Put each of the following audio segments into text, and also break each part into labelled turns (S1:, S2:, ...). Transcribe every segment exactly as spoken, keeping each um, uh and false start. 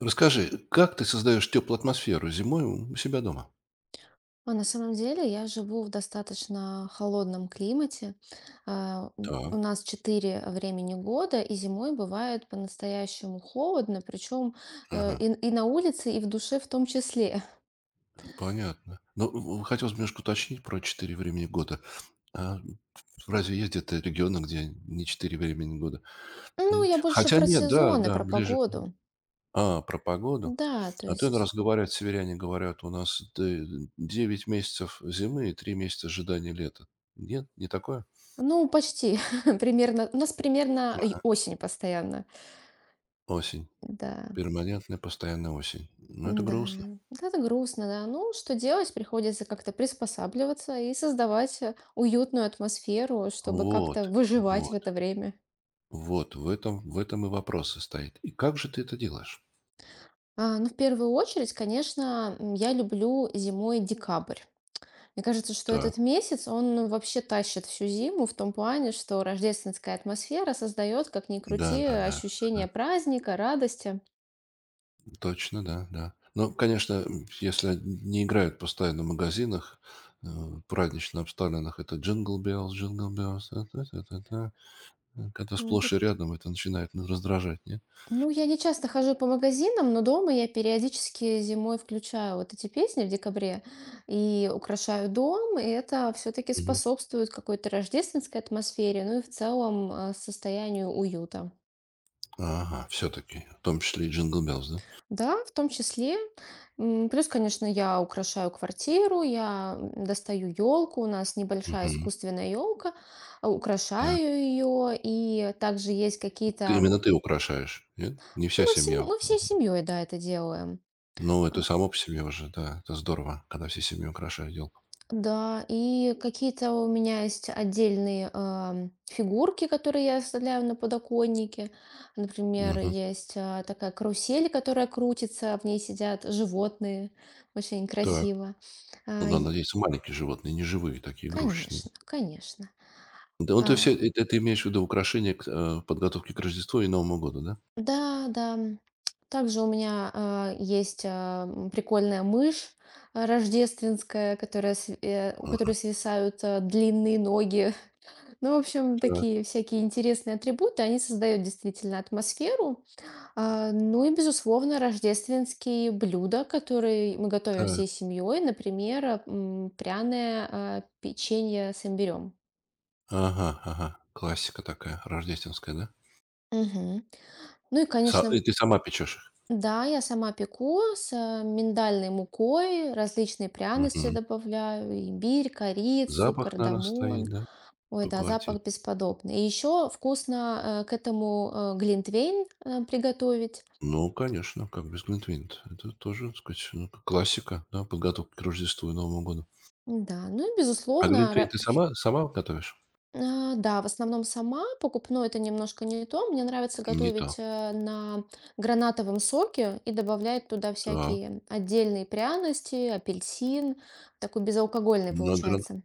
S1: Расскажи, как ты создаешь теплую атмосферу зимой у себя дома?
S2: А на самом деле я живу в достаточно холодном климате. А, м, У
S1: Так,
S2: нас четыре времени года, и зимой бывает по-настоящему холодно, причем э,
S1: ага,
S2: и, и на улице, и в душе в том числе.
S1: понятно. Ну, в- хотелось бы немножко уточнить про четыре времени года. А разве есть где-то регионы, где не четыре времени года?
S2: Ну,
S1: М,
S2: я больше
S1: Хотя
S2: про
S1: нет, да,
S2: сезоны,
S1: да,
S2: про
S1: ближе.
S2: погоду.
S1: А, про погоду.
S2: Да, то
S1: А то
S2: есть,
S1: раз говорят, северяне говорят, у нас д- девять месяцев зимы и три месяца ожидания лета. Нет, не такое?
S2: ну, почти примерно. У нас примерно и
S1: Ага.
S2: осень постоянно.
S1: Осень.
S2: Да.
S1: Перманентная постоянная осень. Ну, это
S2: М-да,
S1: грустно.
S2: вот это грустно, да. Ну, что делать? Приходится как-то приспосабливаться и создавать, э, уютную атмосферу, чтобы как-то
S1: Вот,
S2: выживать в
S1: вот.
S2: это время.
S1: Вот в этом в этом и вопрос состоит. И как же ты это делаешь?
S2: А, ну, в первую очередь, конечно, м, я люблю зимой декабрь. Мне кажется, что
S1: Так.
S2: этот месяц, он вообще тащит всю зиму в том плане, что рождественская атмосфера создает, как ни крути, э,
S1: Да-да-да.
S2: ощущение
S1: Ага.
S2: праздника, радости.
S1: Точно, да, да. Ну, конечно, м, если они не играют постоянно в магазинах, э, празднично обставленных, это Jingle Bells, Jingle Bells. Э, Когда
S2: Ну вот.
S1: сплошь и рядом это начинает н- раздражать, нет?
S2: Ну, я не часто хожу по магазинам, но дома я периодически зимой включаю вот эти песни в декабре и украшаю дом, и это все-таки
S1: Мгм.
S2: способствует какой-то рождественской атмосфере, ну и в целом э, состоянию уюта.
S1: Ага, все-таки, в том числе и Jingle Bells, да?
S2: Да, в том числе. М, Плюс, конечно, я украшаю квартиру, я м, достаю елку, у нас небольшая
S1: Мгм.
S2: искусственная елка,
S1: Так.
S2: украшаю ее, и также есть
S1: Ты,
S2: какие-то...
S1: именно ты украшаешь, нет? Не
S2: Ну,
S1: вся
S2: мы, всем-
S1: семья.
S2: мы всей семьей, да, это делаем.
S1: Ну, это
S2: А,
S1: само по себе уже, да, это здорово, когда все семья украшают елку.
S2: Да, и какие-то у меня есть отдельные ам, фигурки, которые я оставляю на подоконнике. Например,
S1: Мгм.
S2: есть а, такая карусель, которая крутится, в ней сидят животные, очень
S1: Так.
S2: красиво.
S1: Ну
S2: А,
S1: да,
S2: и-
S1: надеяться, маленькие животные, не живые, такие игрушечные.
S2: конечно, конечно.
S1: Да, ну ты все,
S2: А,
S1: это ты имеешь в виду украшения к э, подготовки к Рождеству и Новому году, да?
S2: да, да. м. Также у меня а, есть а, м, прикольная мышь а, рождественская, которая, св- э, у которой
S1: Ага.
S2: свисают а, длинные ноги Ну, в общем,
S1: Так,
S2: такие всякие интересные атрибуты, они создают действительно атмосферу. А, Ну и, безусловно, рождественские блюда, которые мы готовим
S1: так.
S2: всей семьей, например, а, м, пряное а, печенье с имбирем.
S1: Ага, ага. Классика такая рождественская, да?
S2: Мгм. Ну и,
S1: Са и
S2: конечно,
S1: ты сама печешь их?
S2: да, я сама пеку с а, миндальной мукой, различные пряности
S1: Мгм.
S2: добавляю, имбирь, корицу,
S1: Запах, наверно,
S2: кардамон.
S1: стоит, да,
S2: Ой,
S1: по
S2: да,
S1: квартире?
S2: запах бесподобный. И еще вкусно э, к этому э, глинтвейн э, приготовить.
S1: Ну, конечно, как без глинтвейна. Это тоже, так сказать, ну, к классика, да, подготовка к Рождеству и Новому году.
S2: Да, ну и
S1: А
S2: безусловно,
S1: глинтвейн ты
S2: ра- фи-
S1: сама сама готовишь?
S2: а, да, в основном сама покупное это немножко не то. Мне нравится
S1: Не то.
S2: готовить э, на гранатовом соке и добавлять туда
S1: Да.
S2: всякие отдельные пряности, апельсин, такой безалкогольный
S1: На гра
S2: получается.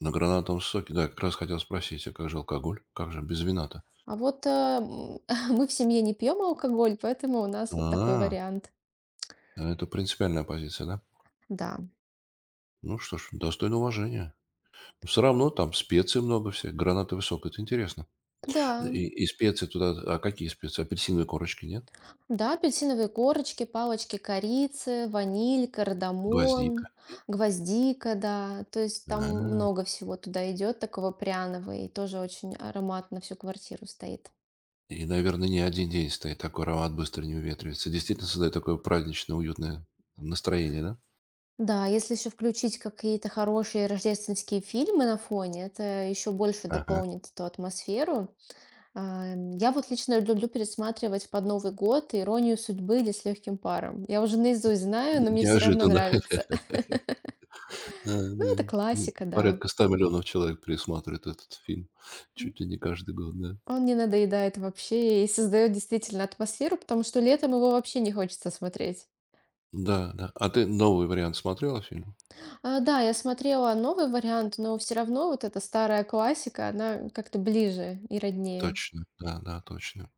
S1: на гранатовом соке, да, как раз хотел спросить, а как же алкоголь? Как же без вина-то?
S2: А вот э, м, мы в семье не пьем алкоголь, поэтому у нас вот такой
S1: А,
S2: вариант.
S1: это принципиальная позиция, да?
S2: Да,
S1: Ну что ж, достойно уважения. Все равно там специй много всяких, гранатовый сок — это интересно.
S2: да.
S1: И и специи туда, а какие специи? Апельсиновой корочки нет?
S2: Да, апельсиновые корочки, палочки корицы, ваниль,
S1: Гвоздика?
S2: кардамон,
S1: Нет?
S2: гвоздика, да. То есть там
S1: А,
S2: много всего туда идет такого пряного и тоже очень ароматно всю квартиру стоит.
S1: и, наверное, не один день стоит, такой аромат быстро не уветривается. Действительно создает такое праздничное, уютное настроение, да?
S2: Да, если еще включить какие-то хорошие рождественские фильмы на фоне, это еще больше
S1: Ага.
S2: дополнит эту атмосферу. А, Я вот лично люблю пересматривать под Новый год «Иронию судьбы» или «С легким паром». Я уже наизусть знаю, но мне все равно
S1: Неожиданно.
S2: нравится.
S1: Да,
S2: Ну,
S1: да,
S2: это
S1: и
S2: классика, да.
S1: порядка ста миллионов человек пересматривает этот фильм чуть ли не каждый год, да.
S2: Он не надоедает вообще и создает действительно атмосферу, потому что летом его вообще не хочется смотреть.
S1: Да, да. А ты новый вариант смотрела фильма?
S2: А, да, я смотрела новый вариант, но все равно вот эта старая классика, она как-то ближе и роднее.
S1: Точно, да, да, точно.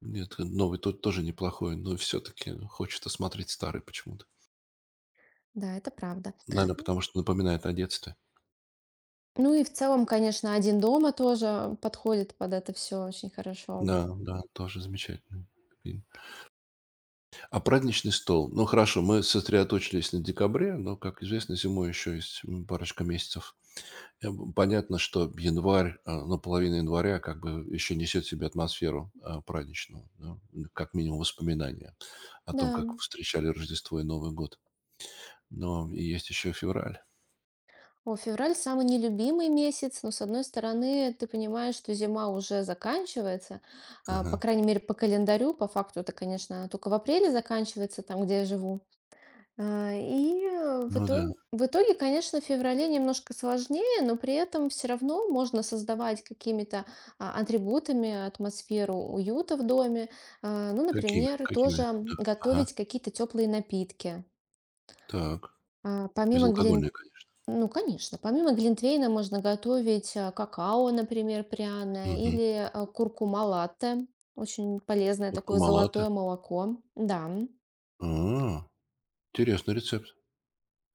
S1: Нет, э, новый тот тоже неплохой, но все-таки хочется смотреть старый почему-то.
S2: Да, это правда.
S1: Наверное, потому что напоминает о детстве.
S2: Ну и в целом, конечно, "Один дома" тоже подходит под это все очень хорошо.
S1: Да, да, тоже замечательный фильм. А "Праздничный стол"? Ну, хорошо, мы сосредоточились на декабре, но, как известно, зимой еще есть, м, парочка месяцев. Э, б понятно, что январь, а, ну, половина января как бы еще несет в себе атмосферу, а, праздничную, да. Ну, как минимум воспоминания о том,
S2: Да.
S1: как встречали Рождество и Новый год. Но и есть еще февраль.
S2: О, февраль самый нелюбимый месяц, но, с одной стороны, ты понимаешь, что зима уже заканчивается, а, по
S1: Ага.
S2: крайней мере, по календарю, по факту это, конечно, она только в апреле заканчивается, там, где я живу. А, И э, в
S1: Ну да.
S2: итоге, в итоге, конечно, в феврале немножко сложнее, но при этом все равно можно создавать какими-то а, атрибутами атмосферу уюта в доме. А, Ну,
S1: Какими?
S2: например,
S1: Какими?
S2: тоже
S1: Да. Ага.
S2: готовить какие-то теплые напитки.
S1: Так.
S2: А, Помимо
S1: Безалкогольное,
S2: глин-
S1: конечно.
S2: ну, конечно. Помимо глинтвейна можно готовить а, какао, например, пряное,
S1: Мгм.
S2: или а, куркума латте. Очень полезное такое
S1: Куркума латте.
S2: золотое молоко. Да.
S1: А, интересный рецепт.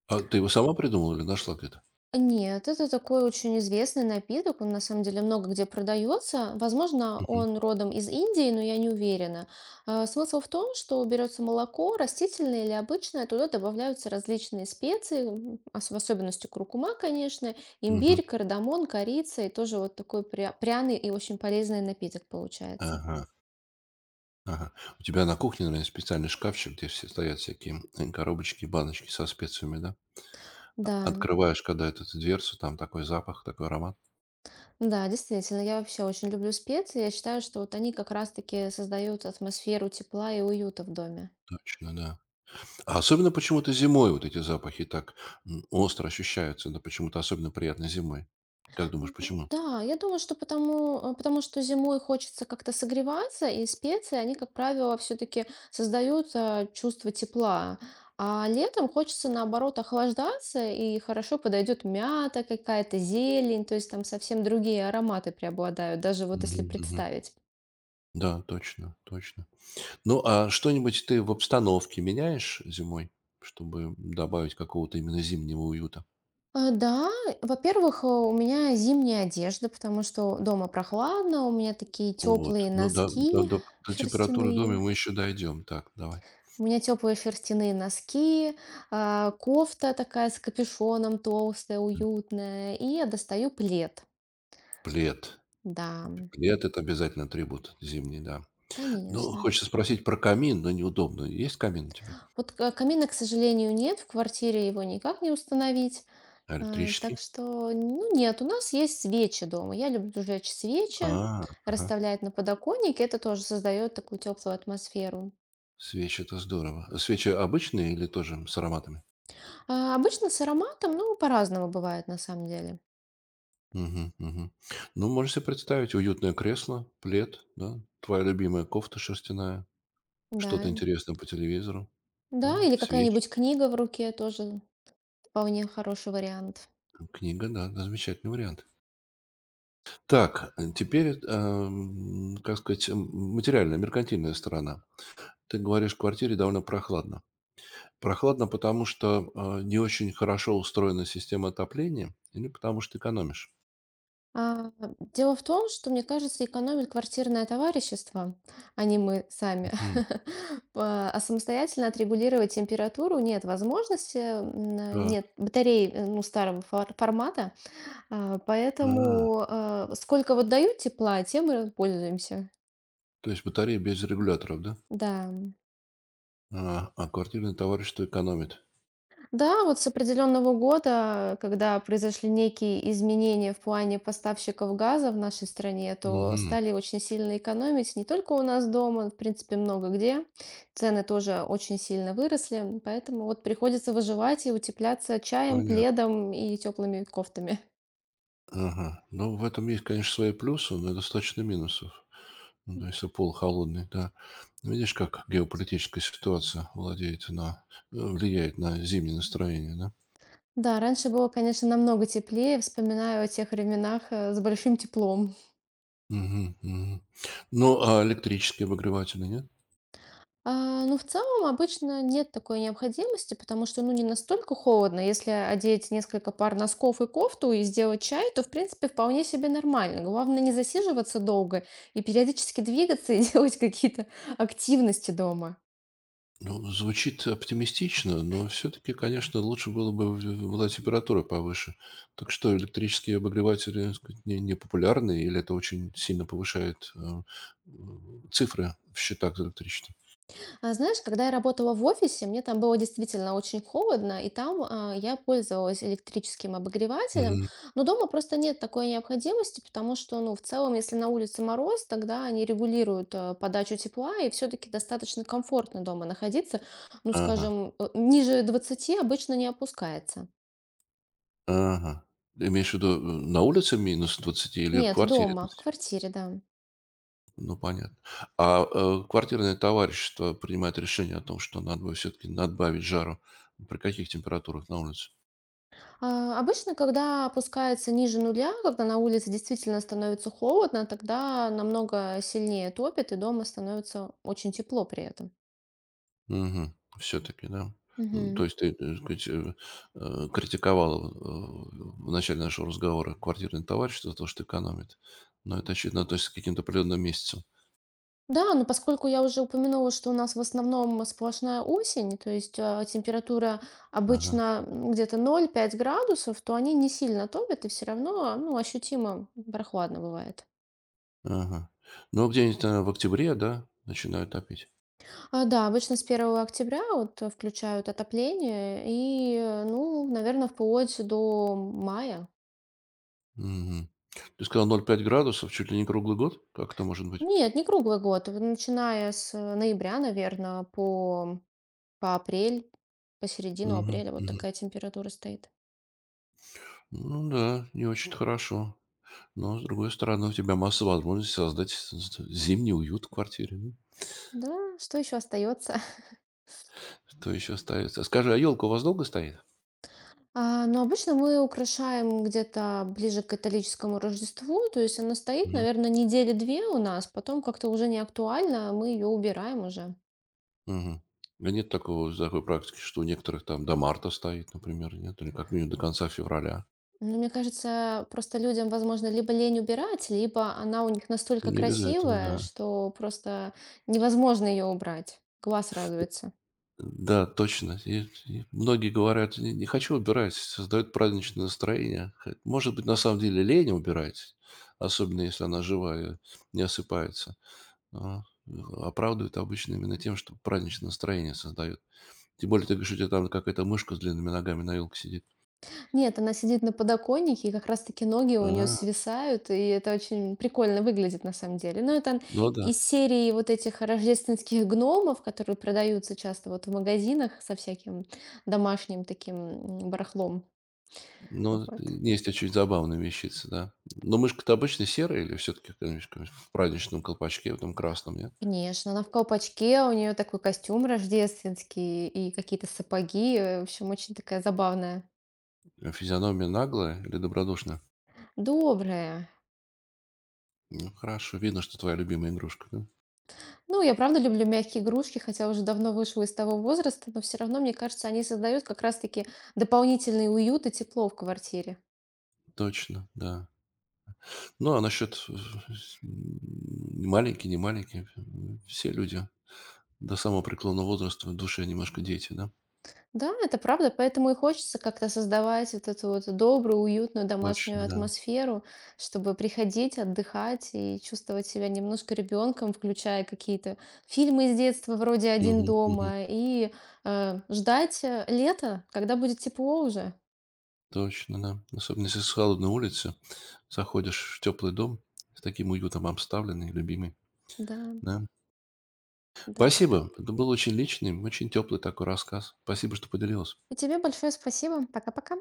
S1: А ты его сама придумала или нашла где-то?
S2: Нет, это такой очень известный напиток, он на самом деле много где продается. Возможно,
S1: Мгм.
S2: он родом из Индии, но я не уверена. А, Смысл в том, что берется молоко, растительное или обычное, туда добавляются различные специи, м, ос- в особенности куркума, конечно,
S1: Мгм.
S2: имбирь, кардамон, корица, и тоже вот такой пря- пряный и очень полезный напиток получается.
S1: Ага. Ага. У тебя на кухне, наверное, специальный шкафчик, где все стоят всякие м, коробочки, баночки со специями, да? А-
S2: Да.
S1: Открываешь когда эту дверцу, там такой запах, такой аромат.
S2: Да, действительно, я вообще очень люблю специи. Я считаю, что вот они как раз-таки создают атмосферу тепла и уюта в доме.
S1: Точно, да. А особенно почему-то зимой вот эти запахи так, м, остро ощущаются, да, почему-то особенно приятно зимой. Как думаешь, почему?
S2: Да, я думаю, что потому, э, потому что зимой хочется как-то согреваться, и специи, они, как правило, все-таки создают э, чувство тепла. А летом хочется, наоборот, охлаждаться, и хорошо подойдет мята, какая-то зелень, то есть там совсем другие ароматы преобладают, даже вот если
S1: Мгм, мгм.
S2: представить.
S1: Да, точно, точно. Ну, а что-нибудь ты в обстановке меняешь зимой, чтобы добавить какого-то именно зимнего уюта?
S2: Э, Да, во-первых, э, у меня зимняя одежда, потому что дома прохладно, у меня такие
S1: Вот.
S2: теплые
S1: Ну, да, до,
S2: носки
S1: до, до температуры в доме
S2: шерстяные.
S1: мы еще дойдем. Так, давай.
S2: У меня теплые шерстяные носки, а, кофта такая с капюшоном толстая, уютная, и я достаю плед.
S1: Плед.
S2: Да,
S1: Плед — это обязательно атрибут зимний, да. Ну,
S2: конечно.
S1: хочется спросить про камин, но неудобно. Есть камин у тебя?
S2: Вот к- камина, к сожалению, нет, в квартире его никак не установить.
S1: А,
S2: А, Так
S1: электрический?
S2: что, ну нет, у нас есть свечи дома. Я люблю жечь свечи,
S1: А, ага.
S2: расставлять на подоконнике. Это тоже создает такую теплую атмосферу.
S1: Свечи — это здорово. А свечи обычные или тоже с ароматами?
S2: А, Обычно с ароматом, ну, по-разному бывает на самом деле.
S1: Мгм, мгм. Ну, можно себе представить: уютное кресло, плед, да, твоя любимая кофта шерстяная,
S2: Да,
S1: что-то интересное по телевизору,
S2: да,
S1: да,
S2: или
S1: свечи,
S2: какая-нибудь книга в руке тоже Вполне хороший вариант.
S1: книга, да, да, замечательный вариант. Так, э, теперь, эт ам, как сказать, м материальная, меркантильная сторона. Ты говоришь, в квартире довольно прохладно. Прохладно, потому что а, не очень хорошо устроена система отопления или потому что экономишь?
S2: А, дело в том, что, мне кажется, экономит квартирное товарищество, а не мы сами.
S1: Мгм.
S2: Па- А самостоятельно отрегулировать температуру нет возможности, м,
S1: Так,
S2: нет батарей э, ну, старого фор- формата, А,
S1: а,
S2: поэтому э, сколько вот дают тепла, тем и пользуемся.
S1: то есть батареи без регуляторов, да?
S2: Да.
S1: А, а квартирный товарищество экономит.
S2: Да, вот с определенного года, когда произошли некие изменения в плане поставщиков газа в нашей стране, то
S1: Мгм.
S2: стали очень сильно экономить не только у нас дома, в принципе, много где. Цены тоже очень сильно выросли, поэтому вот приходится выживать и утепляться чаем,
S1: Понятно.
S2: пледом и теплыми кофтами.
S1: Ага. Ну, в этом есть, конечно, свои плюсы, но и достаточно минусов. Ну, да, если пол холодный, да. Видишь, как геополитическая ситуация владеет на, э, влияет на зимнее настроение, да?
S2: Да, раньше было, конечно, намного теплее. Вспоминаю о тех временах э, с большим теплом.
S1: Мгм, мгм. Ну, а электрические обогреватели нет?
S2: А, ну, в целом обычно нет такой необходимости, потому что, ну, не настолько холодно. Если одеть несколько пар носков и кофту и сделать чай, то, в принципе, вполне себе нормально. Главное не засиживаться долго и периодически двигаться и делать какие-то активности дома.
S1: Ну, звучит оптимистично, но все-таки, конечно, лучше было бы в- была температура повыше. Так что электрические обогреватели, так сказать, не, не популярны, или это очень сильно повышает э, м, цифры в счетах за электричество?
S2: А знаешь, когда я работала в офисе, мне там было действительно очень холодно, и там а, я пользовалась электрическим обогревателем,
S1: Мгм.
S2: но дома просто нет такой необходимости, потому что, ну, в целом, если на улице мороз, тогда они регулируют э, подачу тепла, и все-таки достаточно комфортно дома находиться, ну,
S1: Ага,
S2: скажем, э, ниже двадцати обычно не опускается.
S1: ага. Ты имеешь в виду э, на улице минус двадцать или в
S2: Нет,
S1: квартире
S2: дома, в
S1: двадцати?
S2: квартире, да.
S1: Ну, понятно. А, э, квартирное товарищество принимает решение о том, что надо бы все-таки надбавить жару. При каких температурах на улице?
S2: А, Обычно, когда опускается ниже нуля, когда на улице действительно становится холодно, тогда намного сильнее топит, и дома становится очень тепло при этом.
S1: Мгм. Все-таки, да? М,
S2: Мгм.
S1: То есть ты, э, так сказать, э, э, критиковал э, в начале нашего разговора квартирное товарищество за то, что экономит. Но это, очевидно, относится к каким-то определенным месяцам.
S2: Да, но поскольку я уже упомянула, что у нас в основном сплошная осень, то есть э, температура
S1: Ага,
S2: обычно м, где-то ноль пять градусов, то они не сильно топят и все равно, ну, ощутимо прохладно бывает.
S1: ага. Ну, а где-нибудь, наверно, в октябре, да, начинают топить?
S2: А, да, обычно с первого октября вот э, включают отопление и, э, ну, наверное, вплоть до мая.
S1: Мгм. Ты сказал ноль пять градусов чуть ли не круглый год? Как это может быть?
S2: Нет, не круглый год. В Начиная с э, ноября, наверное, по по апрель, по середину
S1: Мгм,
S2: апреля вот
S1: мгм.
S2: такая температура стоит.
S1: Ну да, не очень хорошо. Но, с другой стороны, у тебя масса возможностей создать с- с- зимний уют в квартире. Ну,
S2: Да, что еще остается?
S1: что еще остается? А скажи, а елка у вас долго стоит?
S2: А, но обычно мы украшаем где-то ближе к католическому Рождеству, то есть она стоит,
S1: Мгм.
S2: наверное, недели две у нас, потом как-то уже не актуально, мы ее убираем уже.
S1: Мгм. Да нет такого, такой практики, что у некоторых там до марта стоит, например, нет? Или как минимум до конца февраля.
S2: Но мне кажется, просто людям, возможно, либо лень убирать, либо она у них настолько
S1: Не без этого,
S2: красивая,
S1: да.
S2: что просто невозможно ее убрать. Глаз радуется.
S1: Да, точно. И- и многие говорят, не, не хочу убирать, создают праздничное настроение. Хо- Может быть, на самом деле лень убирать, особенно если она живая, не осыпается. А, э, Оправдывают обычно именно тем, что праздничное настроение создает. Тем более, ты говоришь, у тебя там какая-то мышка с длинными ногами на вилке сидит.
S2: Нет, она сидит на подоконнике, и как раз-таки ноги у нее
S1: А,
S2: свисают, и это очень прикольно выглядит на самом деле. Но это
S1: ну да.
S2: из серии вот этих рождественских гномов, которые продаются часто вот в магазинах со всяким домашним таким м, барахлом.
S1: Ну, т
S2: Вот.
S1: есть очень забавная вещица, да. Но мышка-то обычно серая или все-таки в праздничном колпачке, в этом красном, нет?
S2: Конечно, она в колпачке, у нее такой костюм рождественский и какие-то сапоги. э, В общем, очень такая забавная.
S1: А физиономия наглая или добродушная?
S2: Добрая.
S1: Ну, хорошо, видно, что твоя любимая игрушка, да?
S2: Ну, я правда люблю мягкие игрушки, хотя уже давно вышла из того возраста, но все равно, мне кажется, они создают как раз-таки дополнительный уют и тепло в квартире.
S1: Точно, да. Ну, а насчет э, с маленькие, не маленькие, э, все люди до самого преклонного возраста в душе немножко дети, да?
S2: Да, это правда, поэтому и хочется как-то создавать вот эту вот добрую, уютную домашнюю
S1: Точно, да.
S2: атмосферу, чтобы приходить, отдыхать и чувствовать себя немножко ребенком, включая какие-то фильмы из детства вроде «Один
S1: Мгм, мгм.
S2: дома» и э, ждать э, лета, когда будет тепло уже.
S1: Точно, да. Особенно если с холодной улицы заходишь в теплый дом, с таким уютом обставленный, любимый,
S2: Да,
S1: да.
S2: да, это правда.
S1: Спасибо, это был очень личный, очень теплый такой рассказ. Спасибо, что поделилась.
S2: И тебе большое спасибо. Пока-пока.